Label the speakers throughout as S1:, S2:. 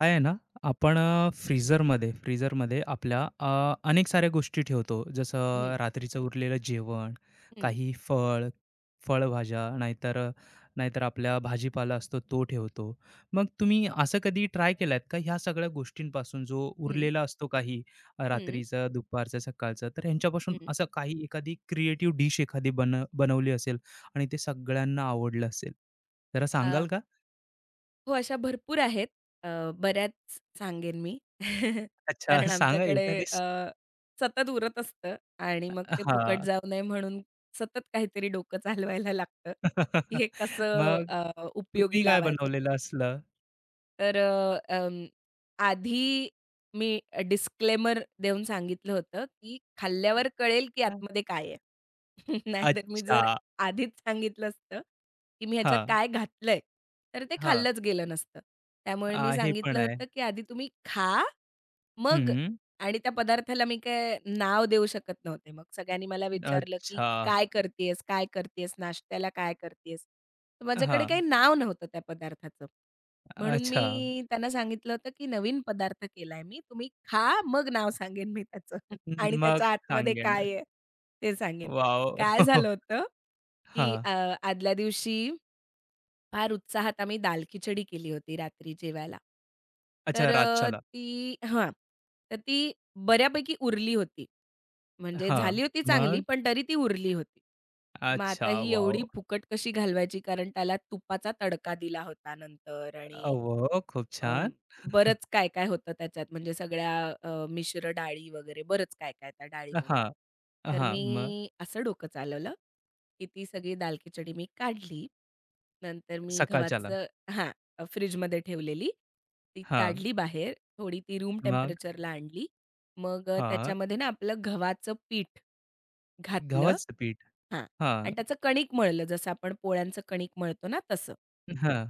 S1: काय आहे ना, आपण फ्रीझरमध्ये फ्रीझरमध्ये आपल्या अनेक साऱ्या गोष्टी ठेवतो.
S2: हं,
S1: जसं रात्रीचं उरलेलं जेवण,
S2: हं,
S1: काही फळ, फळभाज्या, नाहीतर नाहीतर आपला भाजीपाला असतो तो ठेवतो. मग तुम्ही असं कधी ट्राय केलात का ह्या सगळ्या गोष्टींपासून जो
S2: हं,
S1: उरलेला असतो काही
S2: हं,
S1: रात्रीचं, दुपारचं, सकाळचं, तर ह्यांच्यापासून
S2: हं.
S1: असं काही एखादी क्रिएटिव्ह डिश एखादी बनवली असेल आणि ते सगळ्यांना आवडलं असेल? जरा सांगाल
S2: अ,
S1: का?
S2: हो, अशा भरपूर आहेत. बऱ्याच सांगेन मी.
S1: अच्छा,
S2: कारण
S1: सांगा
S2: आमच्याकडे
S1: एखादी
S2: अ, सतत उरत असतं आणि मग ते फुकट
S1: हां.
S2: जाऊ नये म्हणून सतत काहीतरी डोकं चालवायला लागतं, की हे कसं
S1: मग
S2: उपयोगी
S1: तुम्ही काय
S2: लावायचं.
S1: बनवलेलं असलं?
S2: तर अ, अं, आधी मी डिस्क्लेमर देऊन सांगितलं होतं, की खाल्ल्यावर कळेल, की
S1: अ
S2: आतमध्ये काय आहे. नाहीतर मी जर
S1: अच्छा.
S2: आधीच सांगितलं असतं, की मी ह्याच्यात
S1: हां,
S2: काय घातलंय, तर ते
S1: हां.
S2: खाल्लंच गेलं नसतं. त्यामुळे
S1: अ,
S2: मी
S1: हे पण
S2: सांगितलं
S1: आहे.
S2: होतं, की आधी तुम्ही खा मग
S1: हं.
S2: आणि त्या पदार्थाला मी काय नाव देऊ शकत नव्हते. मग सगळ्यांनी मला विचारलं, की
S1: अच्छा.
S2: "काय करतेयस? काय करतेयस? नाश्त्याला काय करतेयस?" तर माझ्याकडे
S1: हां.
S2: काही नाव नव्हतं त्या पदार्थाचं. म्हणून
S1: अच्छा.
S2: मी त्यांना सांगितलं होतं, की "नवीन पदार्थ केलाय मी. तुम्ही खा, मग नाव सांगेन मी त्याचं आणि
S1: मग
S2: त्याच्या आतमध्ये
S1: सांगेन.
S2: काय आहे ते सांगेन." काय
S1: वॉव!
S2: झालं होतं,
S1: हां.
S2: की आदल्या दिवशी फार उत्साहात आम्ही दाल खिचडी केली होती रात्री जेवायला.
S1: अच्छा
S2: तर अ,
S1: रातच्याला.
S2: ती हां. तर ती बऱ्यापैकी उरली होती. म्हणजे
S1: हां.
S2: झाली होती चांगली,
S1: मग?
S2: पण तरी ती उरली होती. तर मग
S1: अच्छा.
S2: आता ही एवढी
S1: वॉव!
S2: फुकट कशी घालवायची कारण त्याला तुपाचा तडका दिला होता नंतर
S1: अ,
S2: आणि
S1: वॉव! खूप
S2: अं,
S1: छान.
S2: बरंच काय-काय होतं त्याच्यात म्हणजे सगळ्या मिश्र डाळी वगैरे बरंच काय-काय त्या डाळीमध्ये.
S1: हां,
S2: तर
S1: हां. मग
S2: मी असं डोकं चालवलं, की ती सगळी दाल खिचडी मी काढली. नंतर मी
S1: सकाळच्याला.
S2: गव्हाचं हां, फ्रिजमध्ये ठेवलेली. ती
S1: हां.
S2: काढली बाहेर, थोडी ती रूम
S1: मग?
S2: टेम्परेचरला आणली. मग
S1: हां.
S2: त्याच्यामध्ये ना आपलं गव्हाचं पीठ घातलं
S1: गव्हाचं पीठ.
S2: हां.
S1: हां,
S2: आणि त्याचं कणिक मळलं जसं आपण पोळ्यांचं कणिक मळतो ना तसं.
S1: हां.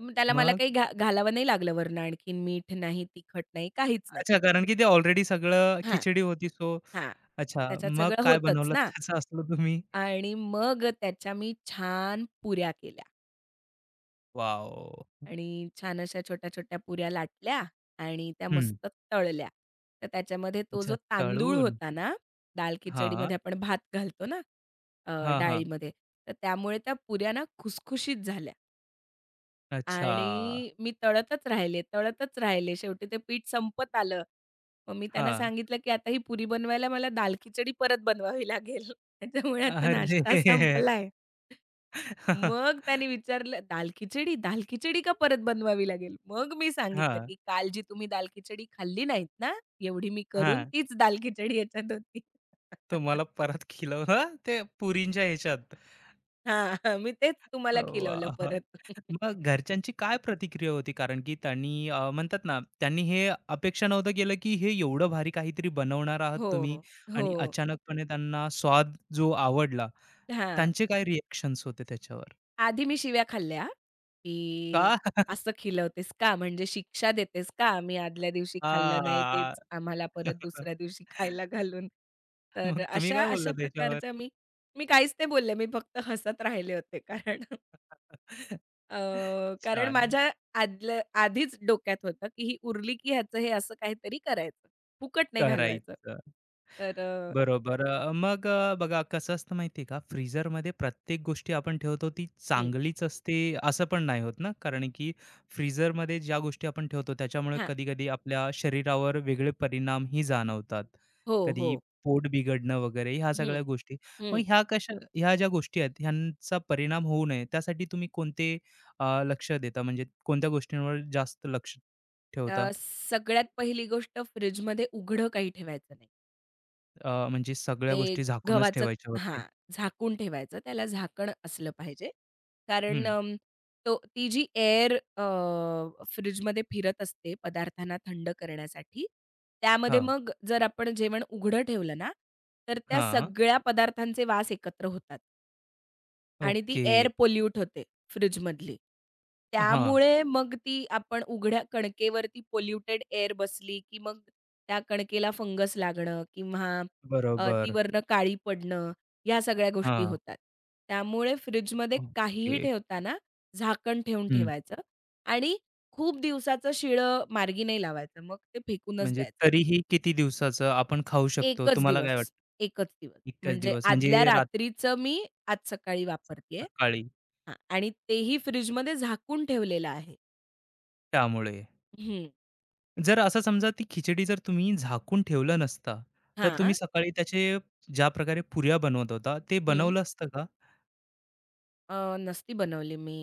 S2: मग त्याला मला
S1: मग?
S2: काही घा घालावं नाही लागलं वरनं आणखीन मीठ नाही, तिखट नाही, काहीच नाही.
S1: अच्छा, कारण की ते ऑलरेडी सगळं
S2: हां,
S1: खिचडी होती सो
S2: हां.
S1: अच्छा,
S2: त्याच्यात
S1: मग
S2: सगळं
S1: काय
S2: होतंच
S1: बनवलं
S2: ना
S1: त्याचं असलं तुम्ही?
S2: आणि मग त्याच्या मी छान पुऱ्या केल्या
S1: वॉव!
S2: आणि छान अशा छोट्या-छोट्या पुऱ्या लाटल्या आणि त्या
S1: हं.
S2: मस्त तळल्या. तर त्याच्यामध्ये तो
S1: अच्छा
S2: जो तांदूळ
S1: तळून.
S2: होता ना, दाल
S1: हां.
S2: खिचडीमध्ये आपण भात घालतो ना,
S1: हां, हां.
S2: डाळीमध्ये, तर त्यामुळे त्या पुऱ्या ना खुसखुशीत झाल्या.
S1: अच्छा.
S2: आणि मी तळतच राहिले, तळतच राहिले. शेवटी ते पीठ संपत आलं. मग मी त्यांना
S1: हां.
S2: सांगितलं, की आता ही पुरी बनवायला मला दाल खिचडी परत बनवावी लागेल. त्याच्यामुळे आता नाश्ता
S1: अरे!
S2: संपलाय. मग त्याने विचारलं, "दाल खिचडी? दाल खिचडी का परत बनवावी लागेल?" मग मी सांगितलं,
S1: हां.
S2: की "काल जी तुम्ही दाल खिचडी खाल्ली नाहीत ना, एवढी मी करून
S1: हां.
S2: तीच दाल खिचडी ह्याच्यात होती."
S1: तुम्हाला परत खिलवलं ते पुरींच्या ह्याच्यात.
S2: हां, हां. मी तेच तुम्हाला खिलवलं
S1: वाह!
S2: परत.
S1: मग घरच्यांची काय प्रतिक्रिया होती? कारण की त्यांनी म्हणतात ना, त्यांनी हे अपेक्षा नव्हतं केलं, की हे एवढं भारी काहीतरी बनवणार आहात
S2: हो,
S1: तुम्ही आणि
S2: हो.
S1: अचानकपणे त्यांना स्वाद जो आवडला,
S2: हा
S1: त्यांचे काय रिएक्शन्स होते त्याच्यावर?
S2: आधी मी शिव्या खाल्ल्या, की
S1: का?
S2: "असं खिलवतेस का? म्हणजे शिक्षा देतेस का? आम्ही आदल्या दिवशी खाल्लं नाही
S1: हां.
S2: तेच आम्हाला परत दुसऱ्या दिवशी खायला घालून." तर
S1: मग तुम्ही
S2: अशा
S1: काय बोलला
S2: अशा
S1: त्याच्यावर?
S2: प्रकारच्या मी मी काहीच नाही बोलले. मी फक्त हसत राहिले होते. कारण अ, कारण
S1: छान.
S2: माझ्या आदल्या आधीच डोक्यात होतं, की ही उरली की ह्याचं हे असं काहीतरी करायचं. फुकट नाही घालवायचं.
S1: करायचं.
S2: तर अ,
S1: बरोबर. मग बघा कसं असतं माहिती आहे का, फ्रीझरमध्ये प्रत्येक गोष्टी आपण ठेवतो ती
S2: हं,
S1: चांगलीच असते असं पण नाही होत ना, कारण की फ्रीझरमध्ये ज्या गोष्टी आपण ठेवतो त्याच्यामुळे
S2: हां.
S1: कधी-कधी आपल्या शरीरावर वेगळे परिणामही जाणवतात.
S2: हो, हो.
S1: कधी पोट बिघडणं वगैरे ह्या
S2: हं,
S1: सगळ्या गोष्टी. मग
S2: हं.
S1: ह्या कशा ज्या गोष्टी आहेत ह्यांचा परिणाम होऊ नये त्यासाठी तुम्ही कोणते लक्ष देता म्हणजे कोणत्या गोष्टींवर जास्त लक्ष ठेवता?
S2: सगळ्यात पहिली गोष्ट फ्रिजमध्ये उघडं काही ठेवायचं नाही.
S1: अ, म्हणजे सगळ्या
S2: ते
S1: गोष्टी झाकूनच
S2: गव्हाचं
S1: ठेवायच्या वरती?
S2: हां, झाकून ठेवायचं. त्याला झाकण असलं पाहिजे. कारण
S1: हं.
S2: अ, तो ती जी एअर फ्रिजमध्ये फिरत असते पदार्थांना थंड करण्यासाठी, त्यामध्ये
S1: हां.
S2: मग जर आपण जेवण उघडं ठेवलं ना, तर त्या
S1: हां.
S2: सगळ्या पदार्थांचे वास एकत्र होतात. आणि ती
S1: ओके.
S2: एअर पोल्यूट होते फ्रिजमधली.
S1: हां.
S2: त्यामुळे मग ती आपण उघड्या कणकेवरती पोल्युटेड एअर बसली, की मग त्या कणकेला फंगस लागणं किंवा ती
S1: बरोबर.
S2: वरनं काळी पडणं, ह्या सगळ्या गोष्टी
S1: हां.
S2: होतात. त्यामुळे फ्रिजमध्ये काहीही
S1: ओके.
S2: ठेवताना झाकण ठेवून
S1: हं.
S2: ठेवायचं आणि खूप दिवसाचं शिळं मार्गी नाही लावायचं. मग ते फेकूनच
S1: म्हणजे
S2: द्यायचं.
S1: तरीही किती दिवसाचं आपण खाऊ शकतो?
S2: एकच
S1: तुम्हाला काय वाटतं?
S2: दिवस, एकच दिवस.
S1: इतकाच
S2: म्हणजे
S1: दिवस म्हणजे
S2: आदल्या
S1: रात
S2: रात्रीचं मी आज सकाळी वापरतेय.
S1: सकाळी
S2: हां आणि तेही फ्रिजमध्ये झाकून ठेवलेलं आहे.
S1: त्यामुळे.
S2: हं.
S1: जर असं समजा ती खिचडी जर तुम्ही झाकून ठेवलं नसता, तर तुम्ही
S2: हां.
S1: सकाळी त्याचे ज्या प्रकारे पुऱ्या बनवत होता, ते
S2: हं.
S1: बनवलं असतं का?
S2: नसती बनवली मी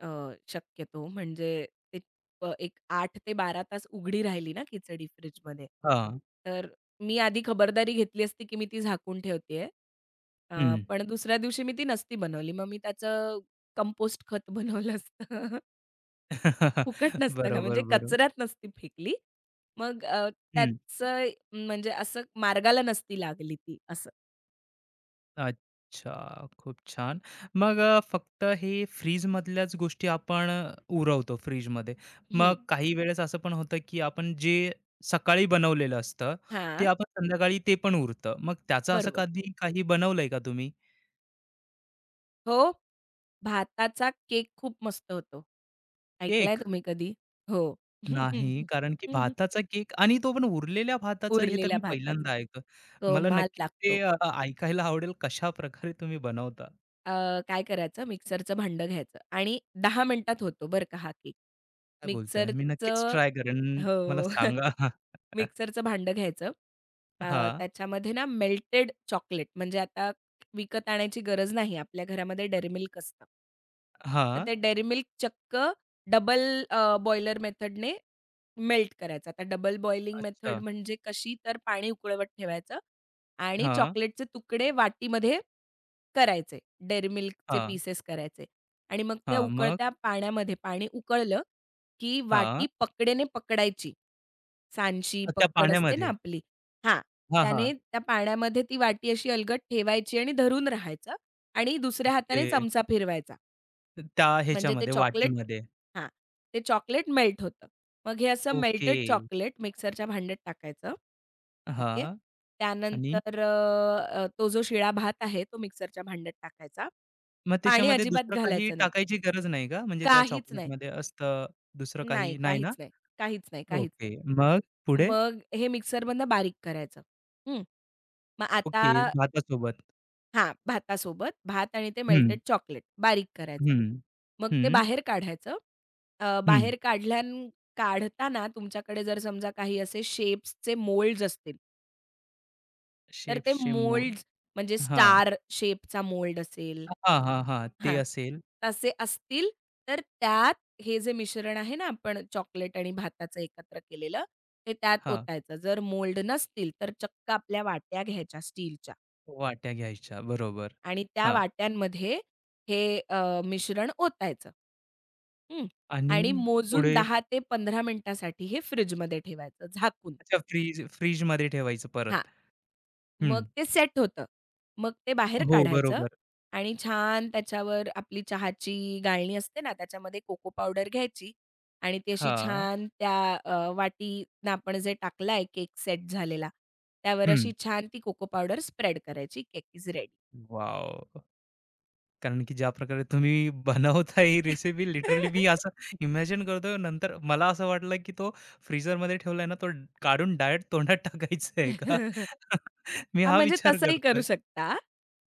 S2: अ, शक्यतो म्हणजे ते एक 8 ते 12 तास उघडी राहिली ना खिचडी फ्रिजमध्ये.
S1: हां.
S2: तर मी आधी खबरदारी घेतली असती, की मी ती झाकून ठेवतेय. अ,
S1: हं.
S2: पण दुसऱ्या दिवशी मी ती नसती बनवली. मग मी त्याचं कंपोस्ट खत बनवलं असतं. फुकट नसतं का
S1: बरोबर,
S2: म्हणजे
S1: बरोबर.
S2: कचऱ्यात नसती फेकली. मग अ,
S1: हं.
S2: त्याचं म्हणजे असं मार्गाला नसती लागली ती असं.
S1: अच्छा, खूप छान. मग फक्त हे फ्रीजमधल्याच गोष्टी आपण उरवतो फ्रीजमध्ये.
S2: हं.
S1: मग काही वेळेस असं पण होतं, की आपण जे सकाळी बनवलेलं असतं, ते
S2: हां,
S1: आपण संध्याकाळी ते पण उरतं. मग त्याचं असं
S2: बरोबर.
S1: कधी काही बनवलंय का तुम्ही?
S2: हो, भाताचा केक खूप मस्त होतो. ऐकलाय
S1: केक?
S2: तुम्ही कधी? हो.
S1: नाही, कारण की भाताचा केक आणि तो पण उरलेल्या भाताचा हे तर
S2: उरलेल्या
S1: मी
S2: भाताचा.
S1: पहिल्यांदा ऐकलं. मला
S2: कमाल
S1: नक्कीच ते
S2: लागतो.
S1: ऐकायला आवडेल कशाप्रकारे तुम्ही बनवता?
S2: अ, काय करायचं मिक्सरचं भांडं घ्यायचं आणि 10 मिनिटात होतो बरं का हा केक.
S1: काय बोलताय? मी नक्कीच
S2: मिक्सरचं
S1: ट्राय करेन. मला
S2: हो.
S1: सांगा.
S2: मिक्सरचं भांडं घ्यायचं. अ,
S1: हां.
S2: त्याच्यामध्ये ना मेल्टेड चॉकलेट म्हणजे आता विकत आणायची गरज नाही. आपल्या घरामध्ये Dairy Milk असतं. तर
S1: हां.
S2: ते Dairy Milk चक्क डबल बॉयलर मेथडने मेल्ट करायचं. आता डबल बॉइलिंग मेथड
S1: अच्छा.
S2: म्हणजे कशी? तर पाणी उकळवत ठेवायचं आणि
S1: हां,
S2: चॉकलेटचे तुकडे वाटीमध्ये करायचे. Dairy Milkचे
S1: हां,
S2: पीसेस करायचे आणि मग त्या
S1: हां. मग?
S2: उकळत्या पाण्यामध्ये पाणी उकळलं की
S1: हां.
S2: वाटी पकडेने पकडायची. सांडशी
S1: त्या
S2: पक्कड असते ना
S1: पाण्यामध्ये.
S2: आपली, हां,
S1: हां, हां.
S2: त्याने त्या पाण्यामध्ये ती वाटी अशी अलगद ठेवायची आणि धरून राहायचं आणि दुसऱ्या हाताने
S1: ते
S2: चमचा फिरवायचा.
S1: त्या
S2: म्हणजे ते
S1: ह्याच्यामध्ये
S2: चॉकलेट
S1: वाटीमध्ये.
S2: हां, ते चॉकलेट मेल्ट होतं. मग हे असं
S1: ओके.
S2: मेल्टेड चॉकलेट मिक्सरच्या भांड्यात टाकायचं. ओके.
S1: हां. आणि
S2: त्यानंतर तो जो शिळा भात आहे तो मिक्सरच्या भांड्यात टाकायचा.
S1: मग
S2: पाणी
S1: त्याच्यामध्ये
S2: अजिबात
S1: दुसरं काही
S2: घालायचं नाही.
S1: टाकायची गरज नाही का? म्हणजे त्या
S2: काहीच नाही.
S1: चॉकलेटमध्ये असतं दुसरं
S2: नाही,
S1: काही नाही ना?
S2: काहीच नाही, काहीच नाही, काहीच
S1: ओके.
S2: नाही.
S1: मग पुढे?
S2: मग हे मिक्सरमधनं बारीक करायचं. हं. मग आता
S1: ओके. भातासोबत.
S2: हां, भातासोबत भात आणि ते
S1: हं,
S2: मेल्टेड चॉकलेट बारीक करायचं.
S1: हं,
S2: मग ते
S1: हं,
S2: बाहेर काढायचं. अ,
S1: हं.
S2: बाहेर काढल्यान काढताना तुमच्याकडे जर समजा काही असे शेप्सचे मोल्ड्स असतील, तर ते
S1: शेप्सचे मोल्ड.
S2: मोल्ड्स म्हणजे
S1: हां.
S2: स्टार शेपचा मोल्ड असेल
S1: हां, हां, हां. ते
S2: हां,
S1: असेल.
S2: तसे असतील तर त्यात हे जे मिश्रण आहे ना आपण चॉकलेट आणि भाताचं एकत्र केलेलं, ते त्यात
S1: हां.
S2: ओतायचं. जर मोल्ड नसतील तर चक्क आपल्या वाट्या घ्यायच्या स्टीलच्या
S1: वाट्या घ्यायच्या. बरोबर.
S2: आणि त्या
S1: हां.
S2: वाट्यांमध्ये हे मिश्रण ओतायचं. हं.
S1: आणि
S2: आणि मोजून
S1: पुढे?
S2: 10 ते 15 मिनिटासाठी हे फ्रिजमध्ये ठेवायचं झाकून.
S1: अच्छा फ्रिजमध्ये ठेवायचं
S2: हां.
S1: परत. हं.
S2: मग ते सेट होतं. मग ते बाहेर
S1: हो,
S2: काढायचं
S1: बरोबर.
S2: आणि छान त्याच्यावर आपली चहाची गाळणी असते ना, त्याच्यामध्ये कोको पावडर घ्यायची आणि ती अशी
S1: हां.
S2: छान त्या वाटीनं आपण जे टाकला आहे केक सेट झालेला, त्यावर
S1: हं.
S2: अशी छान ती कोको पावडर स्प्रेड करायची. Cake is ready.
S1: वॉव! कारण की ज्या प्रकारे तुम्ही बनवता ही रेसिपी लिटरली मी असं इमॅजिन करतोय नंतर मला असं वाटलं की तो फ्रीझरमध्ये ठेवलाय ना, तो काढून डायरेक्ट तोंडात टाकायचं आहे का? मी
S2: हां,
S1: हा
S2: म्हणजे
S1: विचार
S2: तसंही करू
S1: करतोय.
S2: शकता.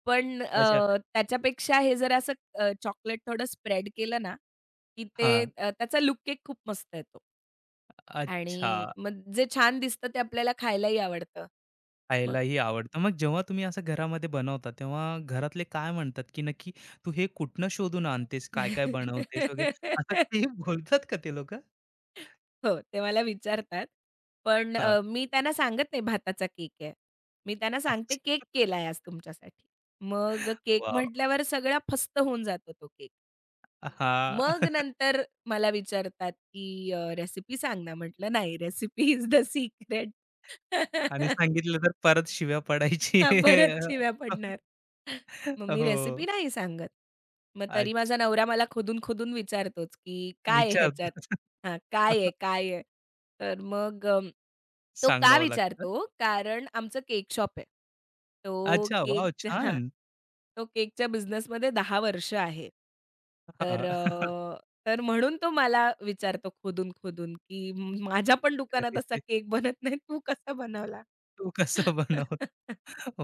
S2: पण
S1: अच्छा.
S2: अ, त्याच्यापेक्षा हे जर असं चॉकलेट थोडं स्प्रेड केलं ना, की ते
S1: हां.
S2: त्याचा लूक केक खूप मस्त येतो.
S1: अच्छा.
S2: आणि मग जे छान दिसतं ते आपल्याला खायलाही आवडतं. मग
S1: खायलाही आवडतं. मग जेव्हा तुम्ही असं घरामध्ये बनवता, तेव्हा घरातले काय म्हणतात, की नक्की तू हे कुठनं शोधून आणतेस, काय-काय बनवतेस वगैरे? असं ते बोलतात का ते लोकं?
S2: हो, ते मला विचारतात. पण
S1: हां.
S2: अ, मी त्यांना सांगत नाही भाताचा केक आहे. मी त्यांना सांगते केक
S1: अच्छा.
S2: केलाय आज तुमच्यासाठी. मग केक
S1: वॉव!
S2: म्हटल्यावर सगळा फस्त होऊन जातो तो केक. मग
S1: हां.
S2: नंतर मला विचारतात, की रेसिपी सांग ना." म्हटलं, "नाही, रेसिपी इज द सीक्रेट."
S1: आणि सांगितलं तर परत शिव्या पडायची.
S2: हां, परत शिव्या पडणार. मग मी रेसिपी
S1: हो.
S2: नाही सांगत. मग तरी माझा
S1: अच्छा.
S2: नवरा मला खोदून-खोदून विचारतोच, की "काय आहे
S1: विचार
S2: ह्याच्यात? हां, काय आहे, काय आहे?" तर मग तो का
S1: सांगावं लागतं.
S2: विचारतो? कारण आमचं केक शॉप आहे. तो
S1: अच्छा, वॉव!
S2: केकच्या हां,
S1: छान.
S2: तो केकच्या बिझनेसमध्ये 10 वर्ष आहे. तर
S1: हां.
S2: अ, तर म्हणून तो मला विचारतो खोदून-खोदून, की "माझ्या पण दुकानात असा केक बनत नाही, तू कसा बनवला?"
S1: तू कसं बनव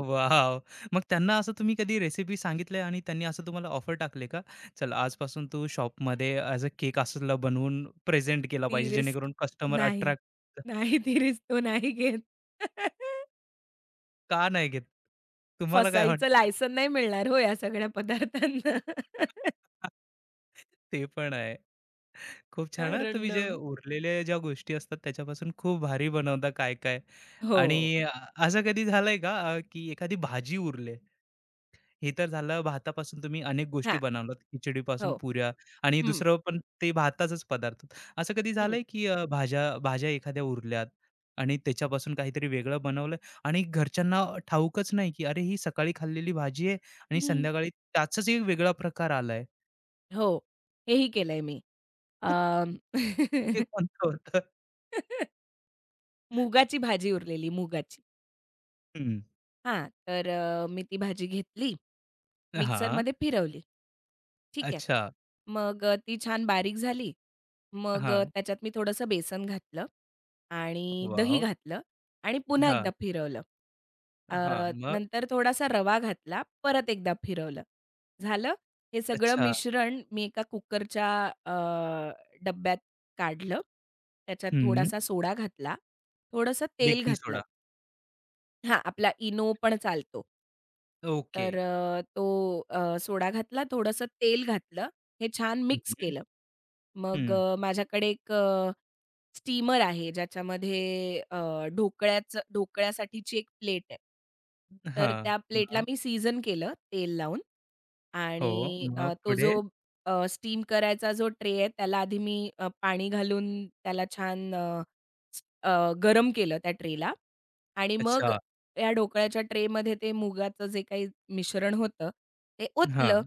S1: वाव, मग त्यांना असं तुम्ही कधी रेसिपी सांगितली आणि त्यांनी असं तुम्हाला ऑफर टाकले का? "चल आजपासून तू शॉपमध्ये ॲज अ केक असला बनवून प्रेझेंट केला
S2: ती
S1: पाहिजे
S2: रिस्क
S1: जेणेकरून कस्टमर
S2: नाही.
S1: अट्रॅक्ट"
S2: नाही ती रिस्क तो नाही घेत.
S1: का नाही घेत? तुम्हाला काय
S2: फसायचं
S1: वाटतं?
S2: लायसन नाही मिळणार हो या सगळ्या पदार्थांना.
S1: ते पण आहे. खूप छान हां.
S2: कारण
S1: तुम्ही जे
S2: अम,
S1: उरलेल्या ज्या गोष्टी असतात त्याच्यापासून खूप भारी बनवता काय-काय.
S2: हो.
S1: आणि असं कधी झालंय का की एखादी भाजी उरली हे तर झालं भातापासून तुम्ही अनेक गोष्टी
S2: हां.
S1: बनवल्यात, खिचडीपासून
S2: हो.
S1: पुऱ्या आणि
S2: हं,
S1: दुसरं पण ते भाताचाच पदार्थ. असं कधी
S2: हं,
S1: झालंय की भाज्या भाज्या एखाद्या उरल्यात आणि त्याच्यापासून काहीतरी वेगळं बनवलं आणि घरच्यांना ठाऊकच नाही की अरे, ही सकाळी खाल्लेली भाजी आहे आणि
S2: हं.
S1: संध्याकाळी त्याचाच एक वेगळा प्रकार आलाय.
S2: हो. हेही केलंय मी. अं,
S1: ते कोणतं होतं?
S2: मुगाची भाजी उरलेली मुगाची.
S1: हं.
S2: हा मी ती भाजी घेतली,
S1: हां.
S2: मिक्सरमध्ये फिरवली. ठीक आहे.
S1: अच्छा.
S2: मग ती छान बारीक झाली. मग
S1: हां.
S2: त्याच्यात मी थोडंसं बेसन घातलं आणि दही
S1: वॉव!
S2: घातलं आणि पुन्हा
S1: हां.
S2: एकदा फिरवलं. अ,
S1: हां. मग?
S2: नंतर थोडासा रवा घातला, परत एकदा फिरवलं. झालं. हे सगळं
S1: अच्छा.
S2: मिश्रण मी एका कुकरच्या अ, डब्यात काढलं. त्याच्यात
S1: हं.
S2: थोडासा सोडा घातला, थोडंसं तेल
S1: बेकिंग
S2: घातलं.
S1: सोडा.
S2: हां, आपला इनो पण चालतो.
S1: ओके.
S2: तर तो सोडा घातला, थोडंसं तेल घातलं, हे छान
S1: हं,
S2: मिक्स
S1: हं.
S2: केलं. मग
S1: हं.
S2: अ, माझ्याकडे एक स्टीमर आहे ज्याच्यामध्ये अ, ढोकळ्यासाठीची एक प्लेट आहे. तर त्या प्लेटला मी सीझन केलं तेल लावून
S1: हो,
S2: आणि
S1: मग
S2: अ, तो
S1: पुढे?
S2: जो स्टीम करायचा जो ट्रे आहे त्याला आधी मी पाणी घालून त्याला छान स- अ, गरम केलं त्या ट्रेला आणि मग
S1: अच्छा.
S2: त्या ढोकळ्याच्या ट्रेमध्ये ते मुगाचं जे काही मिश्रण होतं, ते ओतलं
S1: हां.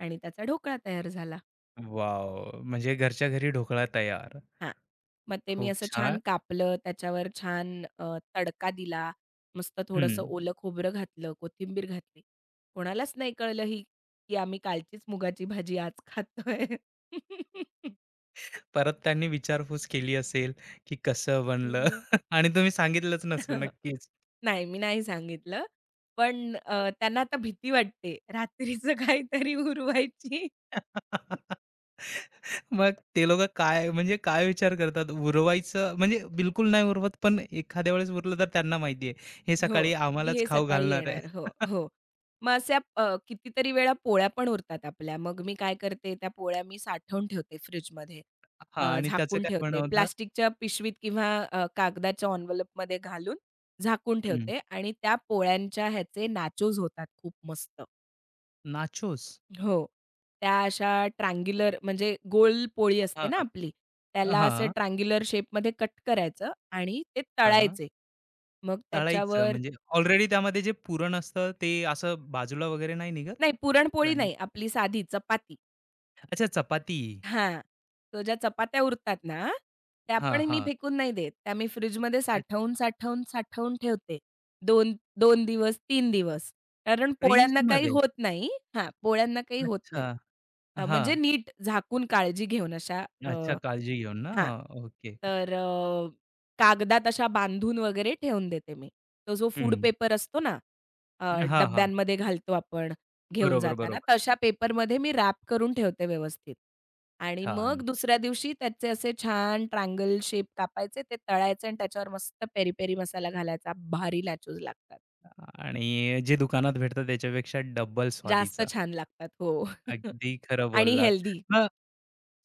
S2: आणि त्याचा ढोकळा तयार झाला.
S1: वॉव! म्हणजे घरच्या घरी ढोकळा तयार.
S2: हां. मग ते मी
S1: खूप
S2: असं
S1: छान.
S2: छान कापलं, त्याच्यावर छान तडका दिला, मस्त थोडंसं
S1: हं.
S2: ओलं खोबरं घातलं, कोथिंबीर घातली. कोणालाच नाही कळलं की आम्ही कालचीच मुगाची भाजी आज खातोय.
S1: परत त्यांनी विचारपूस केली असेल, की कसं बनलं? आणि तुम्ही सांगितलंच नसेल नक्कीच.
S2: नाही, मी नाही सांगितलं. पण त्यांना आता भीती वाटते रात्रीचं काहीतरी उरवायची.
S1: मग ते लोकं काय म्हणजे काय विचार करतात? उरवायचं म्हणजे बिलकुल नाही उरवत, पण एखाद्या वेळेस उरलं तर त्यांना माहिती हे
S2: हो,
S1: सकाळी
S2: की
S1: आम्हालाच
S2: हे
S1: खाऊ
S2: सकाळी
S1: घालणार आहे.
S2: येणार. हो, हो. मग अशा कितीतरी वेळा पोळ्या पण उरतात आपल्या. मग मी काय करते, त्या पोळ्या मी साठवून ठेवते फ्रिजमध्ये.
S1: हां आणि त्याचं
S2: झाकून
S1: काय
S2: ठेवते.
S1: बनवलं?
S2: प्लास्टिकच्या पिशवीत किंवा कागदाच्या एन्व्हलपमध्ये घालून झाकून
S1: हं.
S2: ठेवते आणि त्या पोळ्यांच्या ह्याचे नाचोस होतात खूप मस्त.
S1: नाचोस?
S2: हो. त्या अशा ट्रायंग्युलर म्हणजे गोल पोळी
S1: हां,
S2: असते ना
S1: हां.
S2: आपली, त्याला असं
S1: हां,
S2: ट्रायंग्युलर शेपमध्ये कट करायचं आणि ते तळायचे. मग
S1: तळायचं
S2: त्याच्यावर
S1: म्हणजे ऑलरेडी त्यामध्ये जे पुरण असतं ते असं बाजूला वगैरे नाही निघत?
S2: नाही, पुरणपोळी नाही,
S1: ग्राइंडर
S2: आपली साधी चपाती.
S1: अच्छा चपाती.
S2: हां. तो ज्या चपात्या उरतात ना, त्या
S1: हां,
S2: पण मी
S1: हां.
S2: फेकून नाही देत. त्या मी फ्रिजमध्ये
S1: अ,
S2: साठवून, साठवून, साठवून ठेवते. 2 2 दिवस, 3 दिवस. कारण पोळ्यांना काही
S1: फ्रीजमध्ये.
S2: होत नाही हां, पोळ्यांना काही होत
S1: अच्छा.
S2: नाही. म्हणजे
S1: हां.
S2: नीट झाकून काळजी घेऊन अशा
S1: अच्छा काळजी घेऊन ना.
S2: हां.
S1: हां, ओके.
S2: तर अ, कागदात अशा बांधून वगैरे ठेवून देते मी. तो जो फूड
S1: हं.
S2: पेपर असतो ना, अ,
S1: हां, हां.
S2: डब्यांमध्ये घालतो आपण घेऊन
S1: बरोबर,
S2: जाताना,
S1: बरोबर.
S2: तशा पेपरमध्ये मी रॅप करून ठेवते व्यवस्थित. आणि मग
S1: छान.
S2: दुसऱ्या दिवशी त्याचे असे छान ट्रायंगल शेप कापायचे, ते तळायचे आणि त्याच्यावर मस्त पेरी-पेरी मसाला घालायचा. भारी लॅचोज लागतात.
S1: आणि जे दुकानात भेटतं त्याच्यापेक्षा डब्बल
S2: जास्त
S1: स्वादीचं.
S2: छान लागतात. हो.
S1: अगदी खरं
S2: आणि
S1: बोललात.
S2: हेल्दी.
S1: मग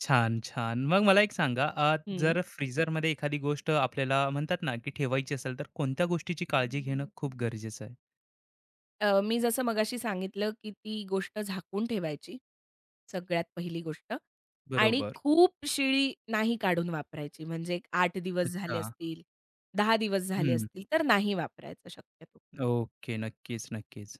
S1: छान, छान. मग मला एक सांगा
S2: हं.
S1: जर फ्रीझरमध्ये एखादी गोष्ट आपल्याला म्हणतात ना, की ठेवायची असेल तर कोणत्या गोष्टीची काळजी घेणं खूप गरजेचं आहे?
S2: मी जसं मगाशी सांगितलं, की ती गोष्ट झाकून ठेवायची, सगळ्यात पहिली गोष्ट आणि
S1: बरोबर.
S2: खूप शिळी नाही काढून वापरायची. म्हणजे एक 8 दिवस झाले
S1: अच्छा.
S2: असतील, 10 दिवस झाले
S1: हं.
S2: असतील, तर नाही वापरायचं शक्यतो.
S1: ओके. नक्कीच, नक्कीच.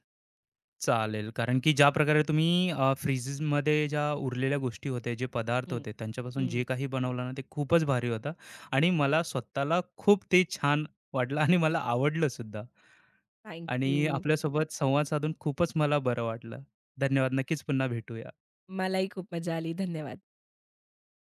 S1: चालेल. कारण की ज्या प्रकारे तुम्ही फ्रिजेसमध्ये ज्या उरलेल्या गोष्टी होत्या, जे पदार्थ
S2: हं,
S1: होते, त्यांच्यापासून
S2: हं.
S1: जे काही बनवलं ना, ते खूपच भारी होतं आणि मला स्वतःला खूप ते छान वाटलं आणि मला आवडलं सुद्धा
S2: थँक
S1: आणि
S2: यू.
S1: आपल्यासोबत संवाद साधून खूपच मला बरं वाटलं. धन्यवाद. नक्कीच पुन्हा भेटूया.
S2: मलाही खूप मजा आली. धन्यवाद.